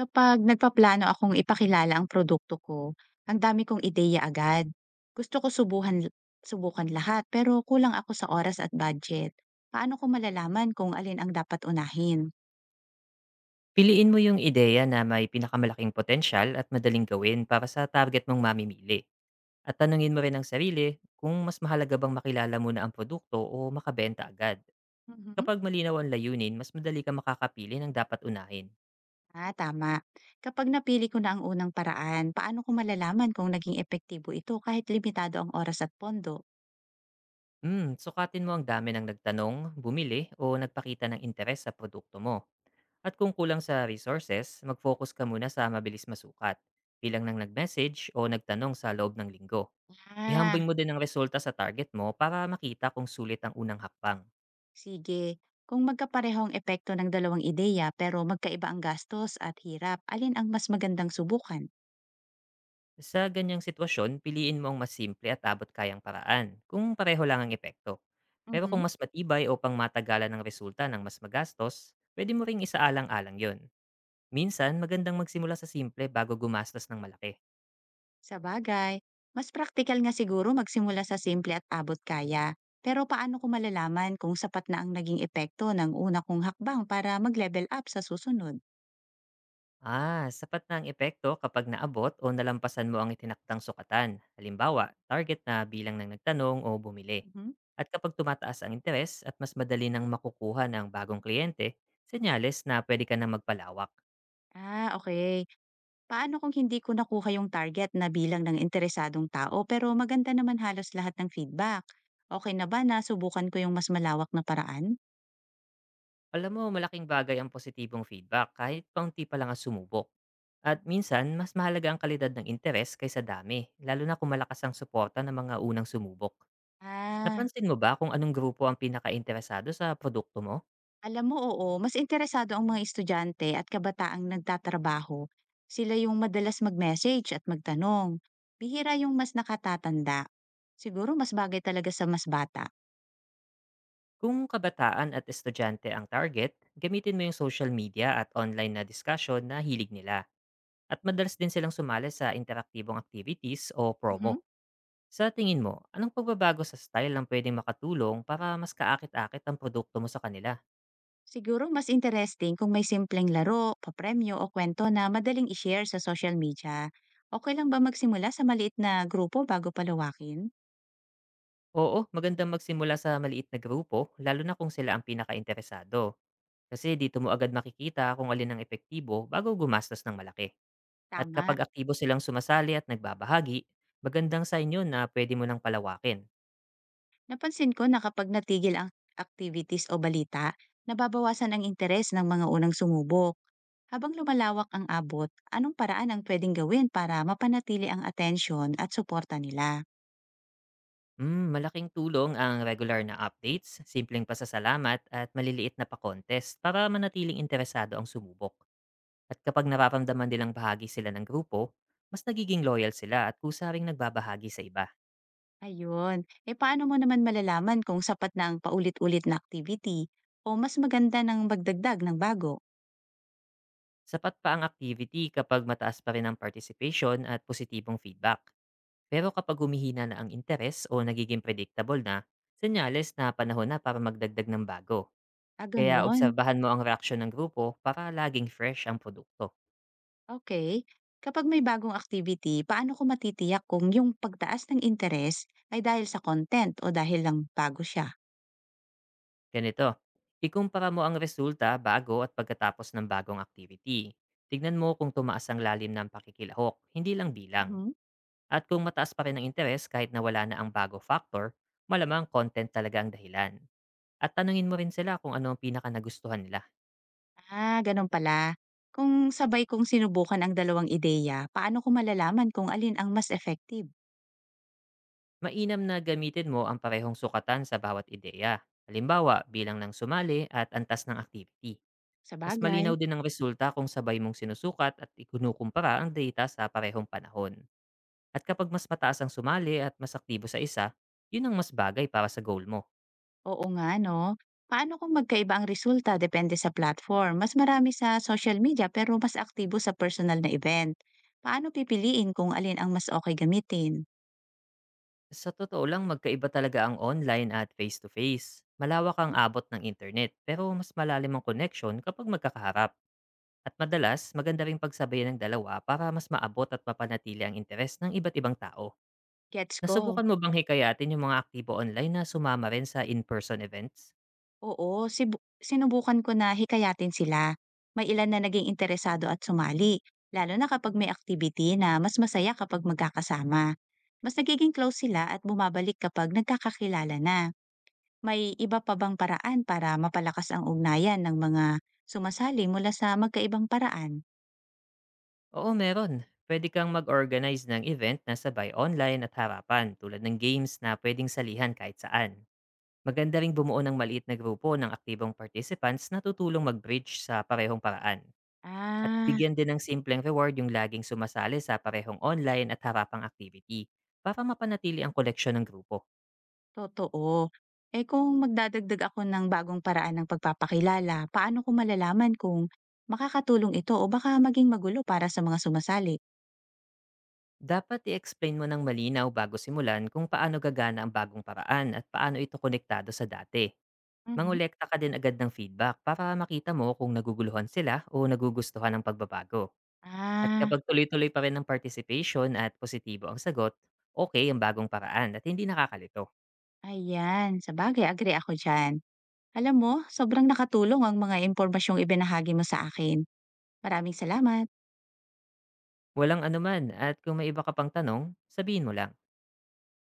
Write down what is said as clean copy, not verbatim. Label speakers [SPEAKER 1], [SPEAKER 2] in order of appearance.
[SPEAKER 1] Kapag nagpaplano akong ipakilala ang produkto ko, ang dami kong ideya agad. Gusto ko subukan lahat pero kulang ako sa oras at budget. Paano ko malalaman kung alin ang dapat unahin?
[SPEAKER 2] Piliin mo yung ideya na may pinakamalaking potensyal at madaling gawin para sa target mong mamimili. At tanungin mo rin ang sarili kung mas mahalaga bang makilala muna ang produkto o makabenta agad.
[SPEAKER 1] Mhm.
[SPEAKER 2] Kapag malinaw ang layunin, mas madali ka makakapili ng dapat unahin.
[SPEAKER 1] Ah, tama. Kapag napili ko na ang unang paraan, paano ko malalaman kung naging epektibo ito kahit limitado ang oras at pondo?
[SPEAKER 2] Hmm, sukatin mo ang dami ng nagtanong, bumili o nagpakita ng interes sa produkto mo. At kung kulang sa resources, mag-focus ka muna sa mabilis masukat, bilang ng nag-message o nagtanong sa loob ng linggo.
[SPEAKER 1] Ah,
[SPEAKER 2] Ihambing mo din ang resulta sa target mo para makita kung sulit ang unang hakbang.
[SPEAKER 1] sige. Kung magkapareho ang epekto ng dalawang ideya pero magkaiba ang gastos at hirap, alin ang mas magandang subukan?
[SPEAKER 2] Sa ganyang sitwasyon, piliin mo ang mas simple at abot kayang paraan kung pareho lang ang epekto. Pero kung
[SPEAKER 1] Mhm.
[SPEAKER 2] mas matibay o pangmatagalan ang resulta ng mas magastos, pwede mo ring isaalang-alang yon. Minsan, magandang magsimula sa simple bago gumastos ng malaki.
[SPEAKER 1] Sa bagay, mas praktikal nga siguro magsimula sa simple at abot kaya. Pero paano ko malalaman kung sapat na ang naging epekto ng una kong hakbang para mag-level up sa susunod?
[SPEAKER 2] Ah, sapat na ang epekto kapag naabot o nalampasan mo ang itinakdang sukatan. Halimbawa, target na bilang ng nagtanong o bumili.
[SPEAKER 1] Mhm.
[SPEAKER 2] At kapag tumataas ang interes at mas madali nang makukuha ng bagong kliyente, senyales na pwede ka na magpalawak.
[SPEAKER 1] Ah, okay. Paano kung hindi ko nakuha yung target na bilang ng interesadong tao pero maganda naman halos lahat ng feedback? Okay na ba na subukan ko yung mas malawak na paraan?
[SPEAKER 2] Alam mo, malaking bagay ang positibong feedback kahit paunti pa lang ang sumubok. At minsan, mas mahalaga ang kalidad ng interes kaysa dami, lalo na kung malakas ang suporta ng mga unang sumubok.
[SPEAKER 1] Ah,
[SPEAKER 2] Napansin mo ba kung anong grupo ang pinaka-interesado sa produkto mo?
[SPEAKER 1] alam mo, oo, mas interesado ang mga estudyante at kabataang nagtatrabaho. Sila yung madalas mag-message at magtanong. Bihira yung mas nakatatanda. Siguro mas bagay talaga sa mas bata.
[SPEAKER 2] Kung kabataan at estudyante ang target, gamitin mo yung social media at online na discussion na hilig nila. At madalas din silang sumali sa interaktibong activities o promo.
[SPEAKER 1] Mhm.
[SPEAKER 2] Sa tingin mo, anong pagbabago sa style ang pwedeng makatulong para mas kaakit-akit ang produkto mo sa kanila?
[SPEAKER 1] Siguro mas interesting kung may simpleng laro, papremyo o kwento na madaling i-share sa social media. Okay lang ba magsimula sa maliit na grupo bago palawakin?
[SPEAKER 2] Oo, magandang magsimula sa maliit na grupo, lalo na kung sila ang pinaka-interesado. Kasi dito mo agad makikita kung alin ang epektibo bago gumastos ng malaki. At
[SPEAKER 1] Tama.
[SPEAKER 2] kapag aktibo silang sumasali at nagbabahagi, magandang sa inyo na pwede mo nang palawakin.
[SPEAKER 1] Napansin ko na kapag natigil ang activities o balita, nababawasan ang interes ng mga unang sumubok. Habang lumalawak ang abot, anong paraan ang pwedeng gawin para mapanatili ang atensyon at suporta nila?
[SPEAKER 2] Mm, malaking tulong ang regular na updates, simpleng pasasalamat at maliliit na pa-contest para manatiling interesado ang sumubok. At kapag nararamdaman nilang bahagi sila ng grupo, mas nagiging loyal sila at kusaring nagbabahagi sa iba.
[SPEAKER 1] Ayun. E paano mo naman malalaman kung sapat na ang paulit-ulit na activity o mas maganda ng magdagdag ng bago?
[SPEAKER 2] Sapat pa ang activity kapag mataas pa rin ang participation at positibong feedback. Pero kapag humihina na ang interes o nagiging predictable na, senyales na panahon na para magdagdag ng bago.
[SPEAKER 1] Ah,
[SPEAKER 2] Kaya
[SPEAKER 1] ganun.
[SPEAKER 2] obserbahan mo ang reaksyon ng grupo para laging fresh ang produkto.
[SPEAKER 1] Okay. Kapag may bagong activity, paano ko matitiyak kung yung pagtaas ng interes ay dahil sa content o dahil lang bago siya?
[SPEAKER 2] Ganito, ikumpara mo ang resulta bago at pagkatapos ng bagong activity. Tignan mo kung tumaas ang lalim ng pakikilahok, hindi lang bilang.
[SPEAKER 1] Mhm.
[SPEAKER 2] At kung mataas pa rin ang interes kahit na wala na ang bago factor, malamang content talaga ang dahilan. At tanungin mo rin sila kung ano ang pinaka nagustuhan nila.
[SPEAKER 1] Ah, ganun pala. Kung sabay kong sinubukan ang dalawang ideya, paano ko malalaman kung alin ang mas effective?
[SPEAKER 2] Mainam na gamitin mo ang parehong sukatan sa bawat ideya. Halimbawa, bilang ng sumali at antas ng activity. Mas
[SPEAKER 1] Sabagay,
[SPEAKER 2] malinaw din ang resulta kung sabay mong sinusukat at ikunukumpara ang data sa parehong panahon. At kapag mas mataas ang sumali at mas aktibo sa isa, yun ang mas bagay para sa goal mo.
[SPEAKER 1] oo nga 'no. Paano kung magkaiba ang resulta depende sa platform? Mas marami sa social media pero mas aktibo sa personal na event. Paano pipiliin kung alin ang mas okay gamitin?
[SPEAKER 2] Sa totoo lang, magkaiba talaga ang online at face-to-face. Malawak ang abot ng internet, pero mas malalim ang connection kapag magkakaharap. At madalas, maganda ring pagsabayan ng dalawa para mas maabot at mapanatili ang interes ng iba't ibang tao.
[SPEAKER 1] Gets ko.
[SPEAKER 2] Nasubukan mo bang hikayatin yung mga aktibo online na sumama rin sa in-person events?
[SPEAKER 1] Oo, sinubukan ko na hikayatin sila. May ilan na naging interesado at sumali, lalo na kapag may activity na mas masaya kapag magkakasama. Mas nagiging close sila at bumabalik kapag nagkakakilala na. May iba pa bang paraan para mapalakas ang ugnayan ng mga sumasali mula sa magkaibang paraan?
[SPEAKER 2] Oo, meron. Pwede kang mag-organize ng event na sabay online at harapan tulad ng games na pwedeng salihan kahit saan. Maganda ring bumuo ng maliit na grupo ng aktibong participants na tutulong mag-bridge sa parehong paraan. At
[SPEAKER 1] Ah,
[SPEAKER 2] bigyan din ng simpleng reward yung laging sumasali sa parehong online at harapang activity para mapanatili ang koleksyon ng grupo.
[SPEAKER 1] totoo. Eh kung magdadagdag ako ng bagong paraan ng pagpapakilala, paano ko malalaman kung makakatulong ito o baka maging magulo para sa mga sumasali?
[SPEAKER 2] Dapat i-explain mo ng malinaw bago simulan kung paano gagana ang bagong paraan at paano ito konektado sa dati.
[SPEAKER 1] Mhm.
[SPEAKER 2] Mangolekta ka din agad ng feedback para makita mo kung naguguluhan sila o nagugustuhan ng pagbabago. At
[SPEAKER 1] Ah,
[SPEAKER 2] kapag tuloy-tuloy pa rin ang participation at positibo ang sagot, okay ang bagong paraan at hindi nakakalito.
[SPEAKER 1] ayan. Sa bagay, agree ako dyan. Alam mo, sobrang nakatulong ang mga impormasyong ibinahagi mo sa akin. Maraming salamat.
[SPEAKER 2] Walang anuman at kung may iba ka pang tanong, sabihin mo lang.